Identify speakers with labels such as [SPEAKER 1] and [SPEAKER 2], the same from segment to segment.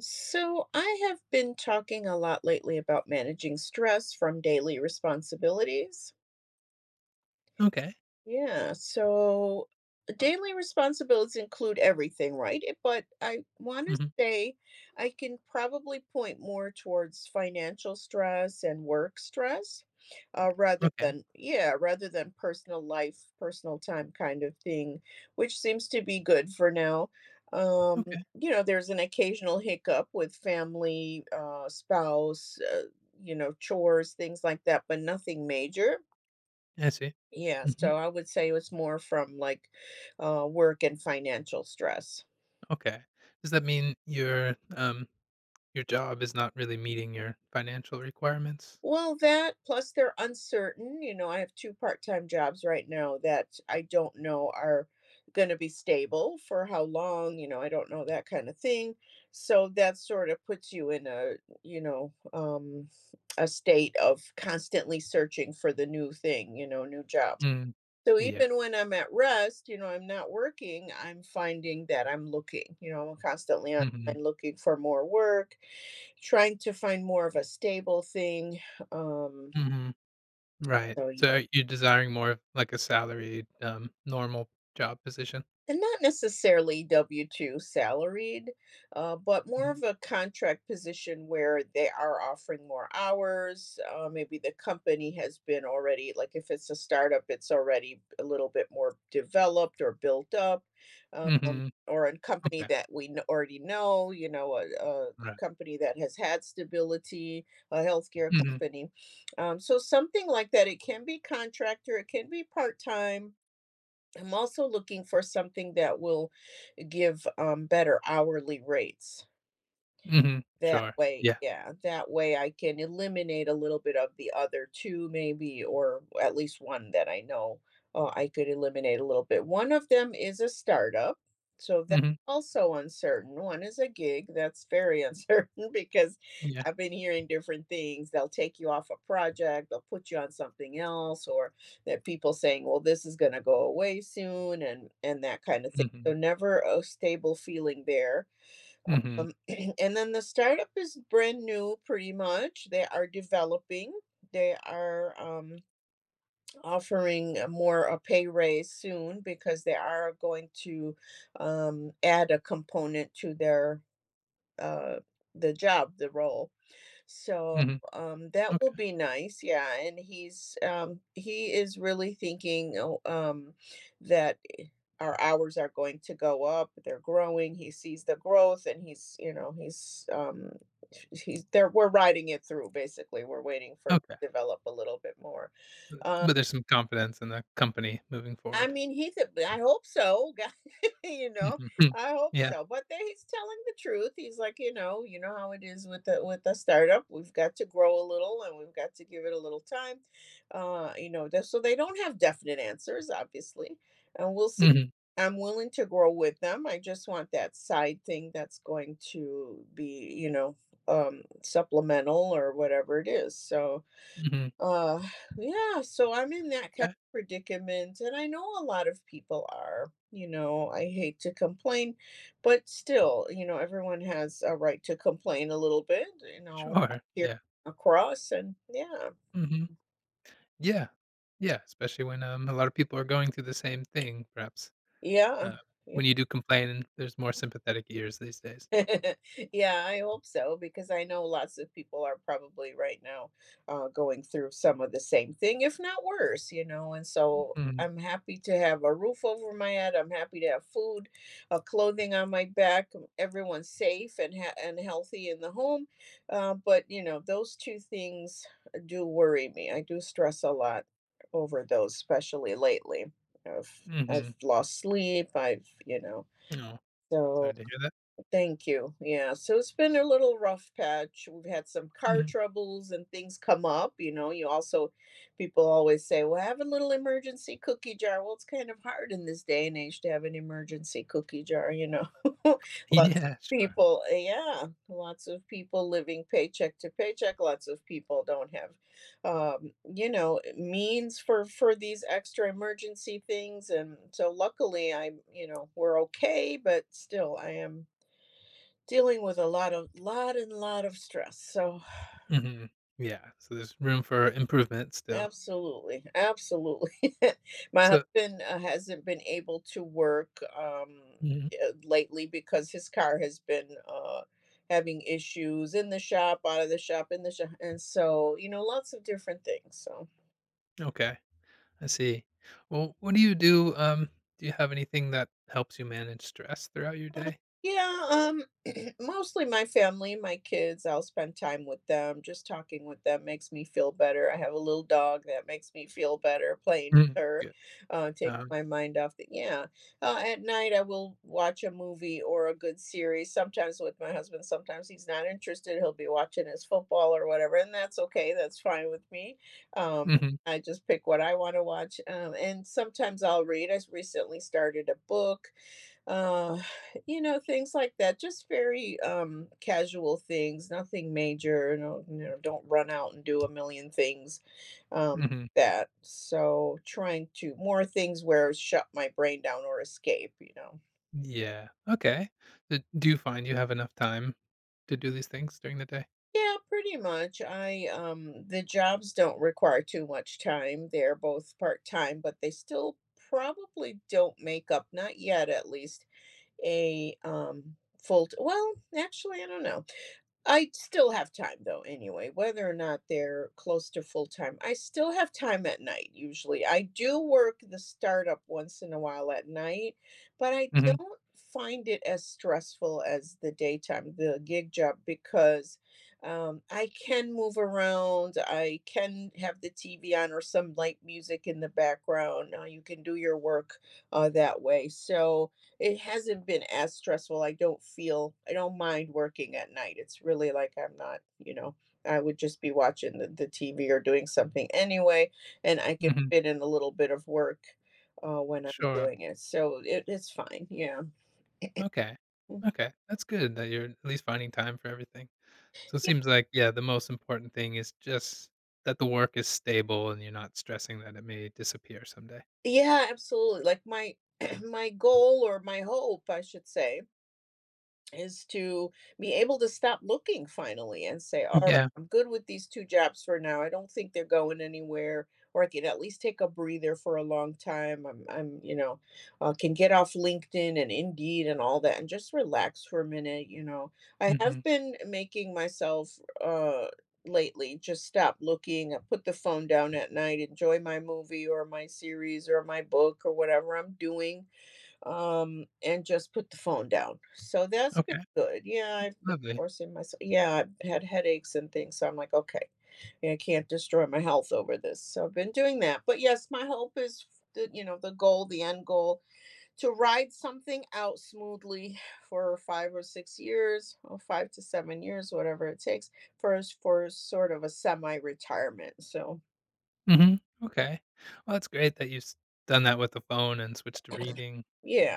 [SPEAKER 1] So, I have been talking a lot lately about managing stress from daily responsibilities.
[SPEAKER 2] Okay.
[SPEAKER 1] Yeah, so daily responsibilities include everything, right? But I want to
[SPEAKER 2] Mhm.
[SPEAKER 1] say I can probably point more towards financial stress and work stress, rather
[SPEAKER 2] Okay.
[SPEAKER 1] than, yeah, rather than personal life, personal time kind of thing, which seems to be good for now. Um,
[SPEAKER 2] Okay.
[SPEAKER 1] there's an occasional hiccup with family, spouse, chores, things like that, but nothing major.
[SPEAKER 2] Yeah, I see.
[SPEAKER 1] Yeah,
[SPEAKER 2] Mhm.
[SPEAKER 1] so I would say it was more from like work and financial stress.
[SPEAKER 2] Okay. Does that mean your job is not really meeting your financial requirements?
[SPEAKER 1] Well, that plus they're uncertain. You know, I have two-part time jobs right now that I don't know are going to be stable for how long. You know, I don't know that kind of thing. So that sort of puts you in you know, um, a state of constantly searching for the new thing, you know, new job.
[SPEAKER 2] Mm.
[SPEAKER 1] So
[SPEAKER 2] Yeah.
[SPEAKER 1] even when I'm at rest, you know, I'm not working, I'm finding that I'm looking, you know, I'm constantly on
[SPEAKER 2] Mhm.
[SPEAKER 1] and looking for more work, trying to find more of a stable thing. Um,
[SPEAKER 2] Mhm. Right.
[SPEAKER 1] so y-
[SPEAKER 2] So you're desiring more of like a salaried, normal job position?
[SPEAKER 1] and not necessarily W two salaried, but more
[SPEAKER 2] Mhm.
[SPEAKER 1] of a contract position where they are offering more hours. Maybe the company has been already like if it's a startup, it's already a little bit more developed or built up, uh,
[SPEAKER 2] Mhm.
[SPEAKER 1] or a company
[SPEAKER 2] Okay.
[SPEAKER 1] that already know, you know, a
[SPEAKER 2] Right.
[SPEAKER 1] company that has had stability, a healthcare
[SPEAKER 2] Mhm.
[SPEAKER 1] company. So something like that. It can be contractor, it can be part time. I'm also looking for something that will give better hourly rates.
[SPEAKER 2] Mhm.
[SPEAKER 1] That
[SPEAKER 2] Sure.
[SPEAKER 1] way,
[SPEAKER 2] Yeah.
[SPEAKER 1] yeah, that way I can eliminate a little bit of the other two, maybe, or at least one that I know I could eliminate a little bit. One of them is a startup, so that's
[SPEAKER 2] Mhm.
[SPEAKER 1] also uncertain. One is a gig, that's very uncertain because
[SPEAKER 2] Yeah.
[SPEAKER 1] I've been hearing different things. They'll take you off a project, they'll put you on something else, or that people saying, "Well, this is going to go away soon," and that kind of thing.
[SPEAKER 2] Mhm.
[SPEAKER 1] So never a stable feeling there,
[SPEAKER 2] Mhm.
[SPEAKER 1] um, and then the startup is brand new, pretty much. They are developing. They are, offering a pay raise soon because they are going to, add a component to their, uh, the job, the role. So,
[SPEAKER 2] Mhm.
[SPEAKER 1] that will
[SPEAKER 2] Okay.
[SPEAKER 1] be nice, yeah, and he is really thinking, oh, that I our hours are going to go up, they're growing, he sees the growth and he's, you know, he's there we're riding it through basically, we're waiting for it
[SPEAKER 2] Okay.
[SPEAKER 1] to develop a little bit more. um
[SPEAKER 2] But there's some confidence in the company moving
[SPEAKER 1] I
[SPEAKER 2] forward.
[SPEAKER 1] mean, he could, I hope so. You know,
[SPEAKER 2] Mhm.
[SPEAKER 1] I hope
[SPEAKER 2] Yeah.
[SPEAKER 1] so. But there he's telling the truth. He's like, you know how it is with the startup. We've got to grow a little, and we've got to give it a little time. So they don't have definite answers, obviously, and we'll see.
[SPEAKER 2] Mhm,
[SPEAKER 1] I'm willing to grow with them. I just want that side thing that's going to be, you know, supplemental or whatever it is. So,
[SPEAKER 2] mhm.
[SPEAKER 1] uh, yeah, so I'm in that kind
[SPEAKER 2] Yeah,
[SPEAKER 1] of predicament, and I know a lot of people are. You know, I hate to complain, but still, you know, everyone has a right to complain a little bit, you know,
[SPEAKER 2] sure,
[SPEAKER 1] here
[SPEAKER 2] yeah,
[SPEAKER 1] and yeah,
[SPEAKER 2] mhm. Yeah, yeah, especially when, a lot of people are going through the same thing, perhaps,
[SPEAKER 1] yeah,
[SPEAKER 2] uh,
[SPEAKER 1] yeah.
[SPEAKER 2] when you do complain, there's more sympathetic ears these days.
[SPEAKER 1] Yeah, I hope so because I know lots of people are probably right now going through some of the same thing, if not worse, you know. And so
[SPEAKER 2] Mm,
[SPEAKER 1] I'm happy to have a roof over my head. I'm happy to have food, clothing on my back. Everyone's safe and and healthy in the home. But you know, those two things do worry me. I do stress a lot over those, especially lately.
[SPEAKER 2] mhm.
[SPEAKER 1] I've lost sleep. I've, you know,
[SPEAKER 2] No, sorry
[SPEAKER 1] so
[SPEAKER 2] to hear that.
[SPEAKER 1] Thank you. Yeah. So it's been a little rough patch. We've had some car
[SPEAKER 2] Mhm.
[SPEAKER 1] troubles and things come up. You know, you also, people always say, well, have a little emergency cookie jar. Well, it's kind of hard in this day and age to have an emergency cookie jar, you know. Lots
[SPEAKER 2] Yeah,
[SPEAKER 1] of
[SPEAKER 2] sure.
[SPEAKER 1] people, yeah, lots of people living paycheck to paycheck. Lots of people don't have, you know, means for these extra emergency things. And so luckily I'm, you know, we're okay, but still I am dealing with a lot of stress, so
[SPEAKER 2] Mhm. Yeah, so there's room for improvement still.
[SPEAKER 1] absolutely, absolutely. My
[SPEAKER 2] So
[SPEAKER 1] husband hasn't been able to work
[SPEAKER 2] mhm,
[SPEAKER 1] lately because his car has been having issues, in the shop, out of the shop, in the shop, and so, you know, lots of different things, so
[SPEAKER 2] okay, I see. Well, what do you do, do you have anything that helps you manage stress throughout your day?
[SPEAKER 1] Yeah, mostly my family, my kids, I'll spend time with them. Just talking with them makes me feel better. I have a little dog that makes me feel better playing
[SPEAKER 2] Mm,
[SPEAKER 1] with her,
[SPEAKER 2] yeah,
[SPEAKER 1] taking
[SPEAKER 2] um,
[SPEAKER 1] my mind off the, yeah. At night, I will watch a movie or a good series, sometimes with my husband. Sometimes he's not interested. He'll be watching his football or whatever, and that's okay. That's fine with me. Um,
[SPEAKER 2] mhm,
[SPEAKER 1] I just pick what I want to watch. And sometimes I'll read. I will read I recently started a book. uh, you know, things like that, just very, casual things, nothing major, no, you know, don't run out and do a million things, um,
[SPEAKER 2] mhm.
[SPEAKER 1] that. So, trying to more things where shut my brain down or escape, you know?
[SPEAKER 2] Yeah. Okay. D do you find you have enough time to do these things during the day?
[SPEAKER 1] Yeah, pretty much. I the jobs don't require too much time, they're both part-time, but they still probably don't make up, not yet at least, a, full t well, actually, I don't know. I still have time though, anyway, whether or not they're close to full time. I still have time at night usually. I do work the startup once in a while at night, but I
[SPEAKER 2] Mhm.
[SPEAKER 1] don't find it as stressful as the daytime, the gig job, because, I can move around. I can have the TV on or some light music in the background. You can do your work that way. So, it hasn't been as stressful. I don't mind working at night. It's really like I'm not, you know, I would just be watching the TV or doing something anyway, and I can
[SPEAKER 2] Mhm.
[SPEAKER 1] fit in a little bit of work when I'm
[SPEAKER 2] Sure.
[SPEAKER 1] doing it. So it's fine. Yeah.
[SPEAKER 2] Okay.
[SPEAKER 1] Mm.
[SPEAKER 2] Okay. That's good that you're at least finding time for everything. So it seems like, yeah, the most important thing is just that the work is stable and you're not stressing that it may disappear someday.
[SPEAKER 1] Yeah, absolutely. Like my my goal or my hope, I should say, is to be able to stop looking finally and say, all right,
[SPEAKER 2] Yeah.
[SPEAKER 1] I'm good with these two jobs for now. I don't think they're going anywhere, or I can at least take a breather for a long time. I'm, you know, can get off LinkedIn and Indeed and all that and just relax for a minute. You know, I
[SPEAKER 2] Mhm.
[SPEAKER 1] have been making myself, uh, lately just stop looking, I put the phone down at night, enjoy my movie or my series or my book or whatever I'm doing, and just put the phone down. So that's been
[SPEAKER 2] Okay.
[SPEAKER 1] good. Yeah, I've been
[SPEAKER 2] Lovely.
[SPEAKER 1] forcing myself. Yeah, I've had headaches and things. So I'm like, okay, I can't destroy my health over this. So I've been doing that. But yes, my hope is the you know the goal, the end goal, to ride something out smoothly for 5 or 6 years, or 5 to 7 years, whatever it takes, for for sort of a semi-retirement. So
[SPEAKER 2] Mhm. Okay. Well, it's great that you've s done that with the phone and switched to reading.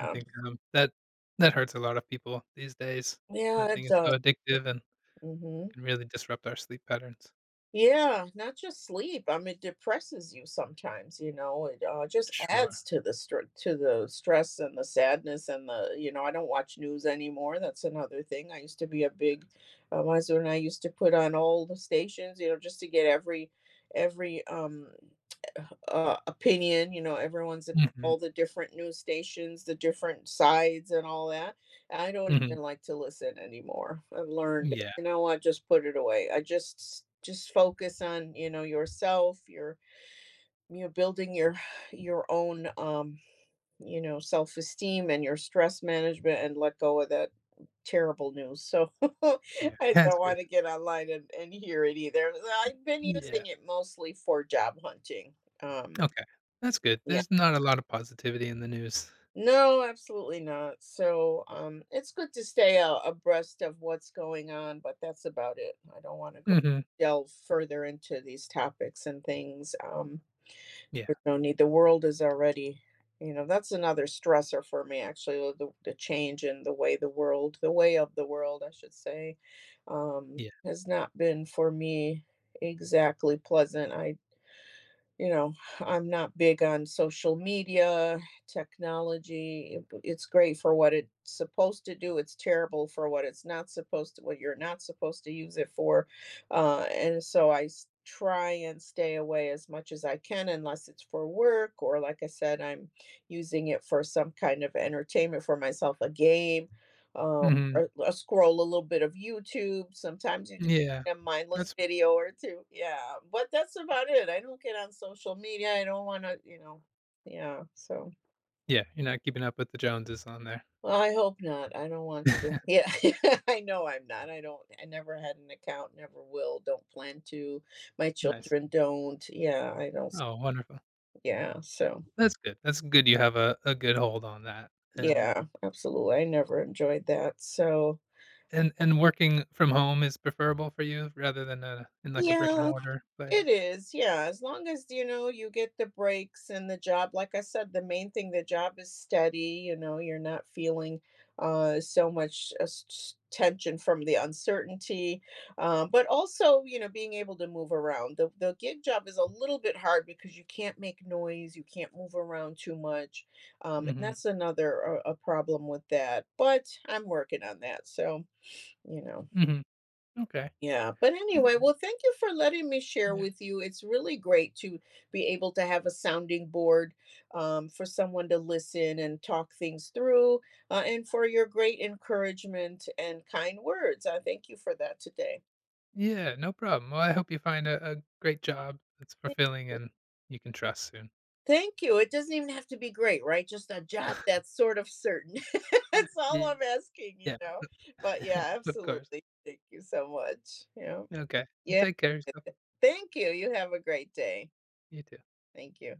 [SPEAKER 2] I think, that hurts a lot of people these days. That
[SPEAKER 1] yeah,
[SPEAKER 2] thing
[SPEAKER 1] it
[SPEAKER 2] is so
[SPEAKER 1] does.
[SPEAKER 2] addictive and
[SPEAKER 1] Hmm.
[SPEAKER 2] can really disrupt our sleep patterns.
[SPEAKER 1] Yeah, not just sleep. It depresses you sometimes, you know, it just
[SPEAKER 2] Sure.
[SPEAKER 1] adds to the stress and the sadness and the, you know, I don't watch news anymore. That's another thing. I used to be a big, my husband and I used to put on all the stations, you know, just to get every opinion, you know,
[SPEAKER 2] Mhm,
[SPEAKER 1] all the different news stations, the different sides and all that. I don't
[SPEAKER 2] mhm.
[SPEAKER 1] even like to listen anymore. I've learned,
[SPEAKER 2] Yeah,
[SPEAKER 1] you know what, just put it away. I just focus on, you know, yourself. You're building your own, you know, self-esteem and your stress management, and let go of that terrible news. So
[SPEAKER 2] yeah,
[SPEAKER 1] I
[SPEAKER 2] that's
[SPEAKER 1] don't
[SPEAKER 2] good.
[SPEAKER 1] want to get online and hear it either. I've been
[SPEAKER 2] Yeah,
[SPEAKER 1] using it mostly for job hunting. um
[SPEAKER 2] okay. That's good.
[SPEAKER 1] yeah.
[SPEAKER 2] There's not a lot of positivity in the news.
[SPEAKER 1] No, absolutely not. So, it's good to stay a abreast of what's going on, but that's about it. I don't wanna go
[SPEAKER 2] Mhm.
[SPEAKER 1] delve further into these topics and things,
[SPEAKER 2] Yeah,
[SPEAKER 1] there's no need. The world is already, you know, that's another stressor for me actually, the change in the way the world, the way of the world, I should say, um,
[SPEAKER 2] yeah.
[SPEAKER 1] has not been for me exactly pleasant. I, you know, I'm not big on social media, technology. It's great for what it's supposed to do. It's terrible for what it's not supposed to, what you're not supposed to use it for. And so I s- Try and stay away as much as I can, unless it's for work or, like I said, I'm using it for some kind of entertainment for myself, a game,
[SPEAKER 2] Mhm.
[SPEAKER 1] or scroll a little bit of YouTube. Sometimes you
[SPEAKER 2] Yeah.
[SPEAKER 1] a mindless
[SPEAKER 2] That's
[SPEAKER 1] video or two. Yeah, but that's about it. I don't get on social media. I don't want to, you know. Yeah, so
[SPEAKER 2] yeah, you're not keeping up with the Joneses on there.
[SPEAKER 1] well, I hope not. I don't want to. Yeah, I know I'm not. I don't. I never had an account. Never will. Don't plan to. My
[SPEAKER 2] Nice.
[SPEAKER 1] children don't. Yeah, I don't.
[SPEAKER 2] Oh, wonderful.
[SPEAKER 1] Yeah, so
[SPEAKER 2] That's good. That's good you have a good hold on that, and
[SPEAKER 1] yeah, absolutely. I never enjoyed that. So
[SPEAKER 2] and working from home is preferable for you rather than, in, like, a brick and
[SPEAKER 1] yeah,
[SPEAKER 2] mortar place?
[SPEAKER 1] it is, yeah, as long as, you know, you get the breaks and the job, like I said, the main thing, the job is steady, you know, you're not feeling, so much, s s tension from the uncertainty, but also, you know, being able to move around. The gig job is a little bit hard because you can't make noise, you can't move around too much, and
[SPEAKER 2] Mhm,
[SPEAKER 1] that's another, a problem with that, but I'm working on that, so, you know.
[SPEAKER 2] mhm. Okay,
[SPEAKER 1] Yeah, but anyway,
[SPEAKER 2] okay.
[SPEAKER 1] well, thank you for letting me share
[SPEAKER 2] Yeah.
[SPEAKER 1] with you. It's really great to be able to have a sounding board, for someone to listen and talk things through, and for your great encouragement and kind words. I thank you for that today.
[SPEAKER 2] Yeah, no problem. Well, I hope you find a great job that's
[SPEAKER 1] Thank
[SPEAKER 2] fulfilling
[SPEAKER 1] you.
[SPEAKER 2] and you can trust soon.
[SPEAKER 1] Thank you. It doesn't even have to be great, right? Just a job that's sort of certain. That's all
[SPEAKER 2] Y-
[SPEAKER 1] I'm asking, you
[SPEAKER 2] Yeah.
[SPEAKER 1] know. But yeah,
[SPEAKER 2] Of course.
[SPEAKER 1] absolutely. Thank you so much. Yeah.
[SPEAKER 2] Okay.
[SPEAKER 1] Yeah.
[SPEAKER 2] Take care of yourself.
[SPEAKER 1] Thank you. You have a great day.
[SPEAKER 2] You too.
[SPEAKER 1] Thank you.